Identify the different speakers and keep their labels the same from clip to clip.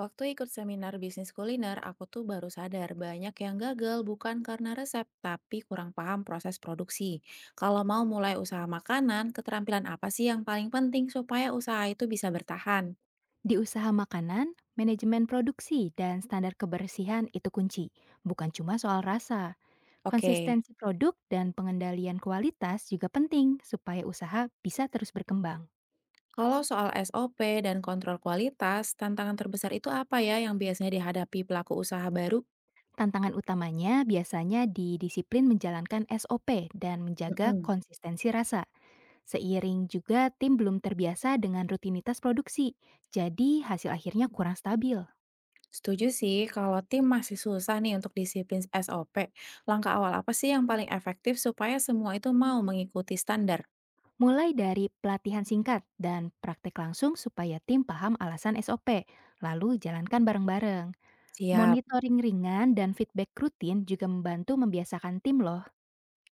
Speaker 1: Waktu ikut seminar bisnis kuliner, aku tuh baru sadar banyak yang gagal bukan karena resep, tapi kurang paham proses produksi. Kalau mau mulai usaha makanan, keterampilan apa sih yang paling penting supaya usaha itu bisa bertahan?
Speaker 2: Di usaha makanan, manajemen produksi dan standar kebersihan itu kunci, bukan cuma soal rasa.
Speaker 1: Oke,
Speaker 2: Konsistensi produk dan pengendalian kualitas juga penting supaya usaha bisa terus berkembang.
Speaker 1: kalau soal SOP dan kontrol kualitas, tantangan terbesar itu apa ya yang biasanya dihadapi pelaku usaha baru?
Speaker 2: Tantangan utamanya biasanya di disiplin menjalankan SOP dan menjaga
Speaker 1: Mm-mm.
Speaker 2: konsistensi rasa. Seiring juga tim belum terbiasa dengan rutinitas produksi, jadi hasil akhirnya kurang stabil.
Speaker 1: Setuju sih, kalau tim masih susah nih untuk disiplin SOP, langkah awal apa sih yang paling efektif supaya semua itu mau mengikuti standar?
Speaker 2: Mulai dari pelatihan singkat dan praktek langsung supaya tim paham alasan SOP, lalu jalankan bareng-bareng.
Speaker 1: Siap.
Speaker 2: Monitoring ringan dan feedback rutin juga membantu membiasakan tim loh.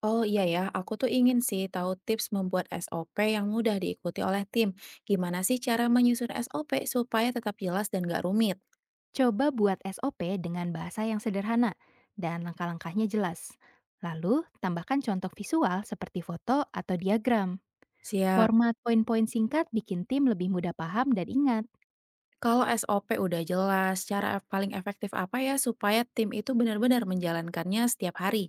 Speaker 1: Oh iya ya, aku tuh ingin sih tahu tips membuat SOP yang mudah diikuti oleh tim. Gimana sih cara menyusun SOP supaya tetap jelas dan gak rumit?
Speaker 2: Coba buat SOP dengan bahasa yang sederhana dan langkah-langkahnya jelas. Lalu, tambahkan contoh visual seperti foto atau diagram.
Speaker 1: Siap.
Speaker 2: Format poin-poin singkat bikin tim lebih mudah paham dan ingat.
Speaker 1: Kalau SOP udah jelas, cara paling efektif apa ya supaya tim itu benar-benar menjalankannya setiap hari?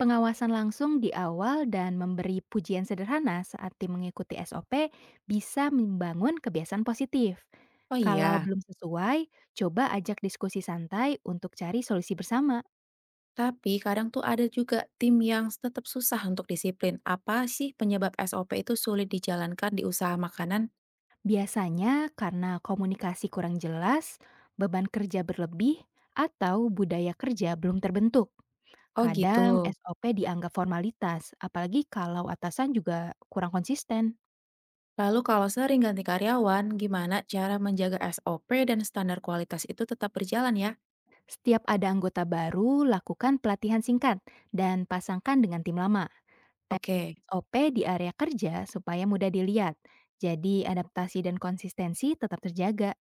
Speaker 2: Pengawasan langsung di awal dan memberi pujian sederhana saat tim mengikuti SOP bisa membangun kebiasaan positif.
Speaker 1: Oh
Speaker 2: Kalau
Speaker 1: iya,
Speaker 2: belum sesuai, coba ajak diskusi santai untuk cari solusi bersama.
Speaker 1: tapi kadang tuh ada juga tim yang tetap susah untuk disiplin. Apa sih penyebab SOP itu sulit dijalankan di usaha makanan?
Speaker 2: Biasanya karena komunikasi kurang jelas, beban kerja berlebih, atau budaya kerja belum terbentuk.
Speaker 1: Oh gitu.
Speaker 2: Kadang SOP dianggap formalitas, apalagi kalau atasan juga kurang konsisten.
Speaker 1: Lalu kalau sering ganti karyawan, gimana cara menjaga SOP dan standar kualitas itu tetap berjalan ya?
Speaker 2: Setiap ada anggota baru, lakukan pelatihan singkat dan pasangkan dengan tim lama. Tes
Speaker 1: Oke,
Speaker 2: OP di area kerja supaya mudah dilihat. Jadi, adaptasi dan konsistensi tetap terjaga.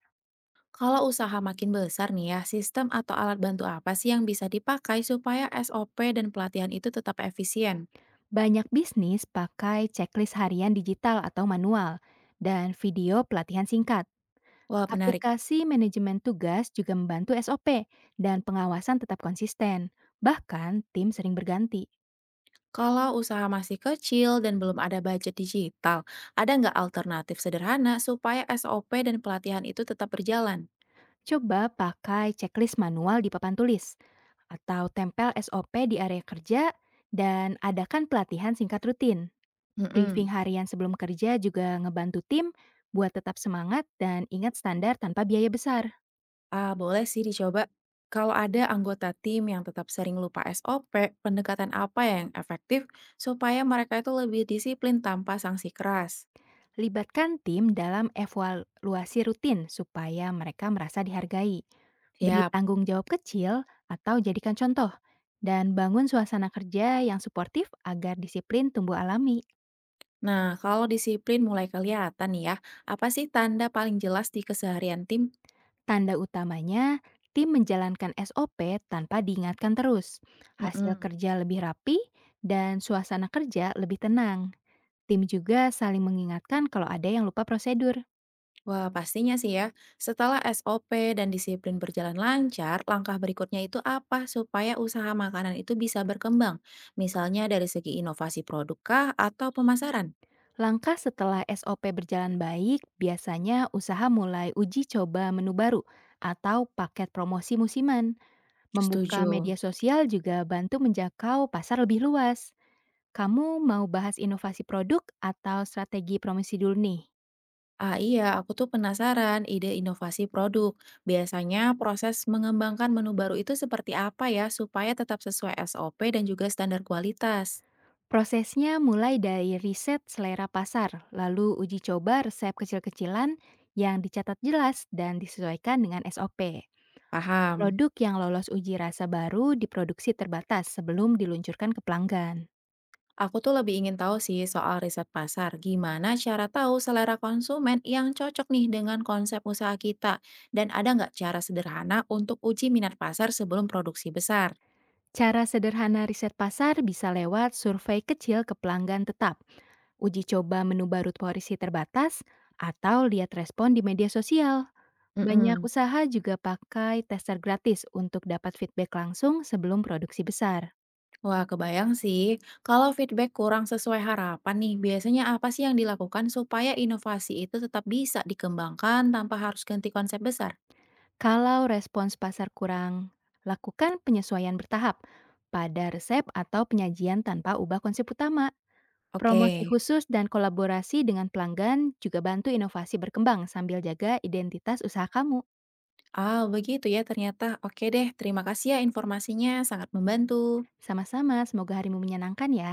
Speaker 1: kalau usaha makin besar nih ya, sistem atau alat bantu apa sih yang bisa dipakai supaya SOP dan pelatihan itu tetap efisien?
Speaker 2: Banyak bisnis pakai checklist harian digital atau manual dan video pelatihan singkat.
Speaker 1: Wah, menarik.
Speaker 2: Aplikasi manajemen tugas juga membantu SOP dan pengawasan tetap konsisten. Bahkan, tim sering berganti.
Speaker 1: Kalau usaha masih kecil dan belum ada budget digital, ada nggak alternatif sederhana supaya SOP dan pelatihan itu tetap berjalan?
Speaker 2: Coba pakai checklist manual di papan tulis atau tempel SOP di area kerja, dan adakan pelatihan singkat rutin.
Speaker 1: Mm-mm.
Speaker 2: Briefing harian sebelum kerja juga ngebantu tim buat tetap semangat dan ingat standar tanpa biaya besar.
Speaker 1: Ah, boleh sih dicoba. Kalau ada anggota tim yang tetap sering lupa SOP, pendekatan apa yang efektif supaya mereka itu lebih disiplin tanpa sanksi keras?
Speaker 2: Libatkan tim dalam evaluasi rutin supaya mereka merasa dihargai. Beri
Speaker 1: Siap.
Speaker 2: tanggung jawab kecil atau jadikan contoh, dan bangun suasana kerja yang suportif agar disiplin tumbuh alami.
Speaker 1: Nah, kalau disiplin mulai kelihatan nih ya, apa sih tanda paling jelas di keseharian tim?
Speaker 2: Tanda utamanya, tim menjalankan SOP tanpa diingatkan terus. Hasil
Speaker 1: Mm-mm.
Speaker 2: kerja lebih rapi dan suasana kerja lebih tenang. Tim juga saling mengingatkan kalau ada yang lupa prosedur.
Speaker 1: Wah, pastinya sih ya. Setelah SOP dan disiplin berjalan lancar, langkah berikutnya itu apa supaya usaha makanan itu bisa berkembang? Misalnya dari segi inovasi produk kah atau pemasaran?
Speaker 2: Langkah setelah SOP berjalan baik, biasanya usaha mulai uji coba menu baru atau paket promosi musiman. Membuka
Speaker 1: Setuju.
Speaker 2: media sosial juga bantu menjangkau pasar lebih luas. Kamu mau bahas inovasi produk atau strategi promosi dulu nih?
Speaker 1: Ah iya, aku tuh penasaran ide inovasi produk. Biasanya proses mengembangkan menu baru itu seperti apa ya supaya tetap sesuai SOP dan juga standar kualitas?
Speaker 2: Prosesnya mulai dari riset selera pasar, lalu uji coba resep kecil-kecilan yang dicatat jelas dan disesuaikan dengan SOP.
Speaker 1: Paham.
Speaker 2: Produk yang lolos uji rasa baru diproduksi terbatas sebelum diluncurkan ke pelanggan.
Speaker 1: Aku tuh lebih ingin tahu sih soal riset pasar. Gimana cara tahu selera konsumen yang cocok nih dengan konsep usaha kita? Dan ada nggak cara sederhana untuk uji minat pasar sebelum produksi besar?
Speaker 2: Cara sederhana riset pasar bisa lewat survei kecil ke pelanggan tetap, uji coba menu baru porsi terbatas, atau lihat respon di media sosial. Banyak
Speaker 1: Mm.
Speaker 2: usaha juga pakai tester gratis untuk dapat feedback langsung sebelum produksi besar.
Speaker 1: Wah, kebayang sih. Kalau feedback kurang sesuai harapan nih, biasanya apa sih yang dilakukan supaya inovasi itu tetap bisa dikembangkan tanpa harus ganti konsep besar?
Speaker 2: Kalau respons pasar kurang, lakukan penyesuaian bertahap pada resep atau penyajian tanpa ubah konsep utama. Promosi
Speaker 1: Oke.
Speaker 2: khusus dan kolaborasi dengan pelanggan juga bantu inovasi berkembang sambil jaga identitas usaha kamu.
Speaker 1: Ah, begitu ya ternyata. Oke deh, terima kasih ya informasinya, sangat membantu.
Speaker 2: Sama-sama, semoga harimu menyenangkan ya.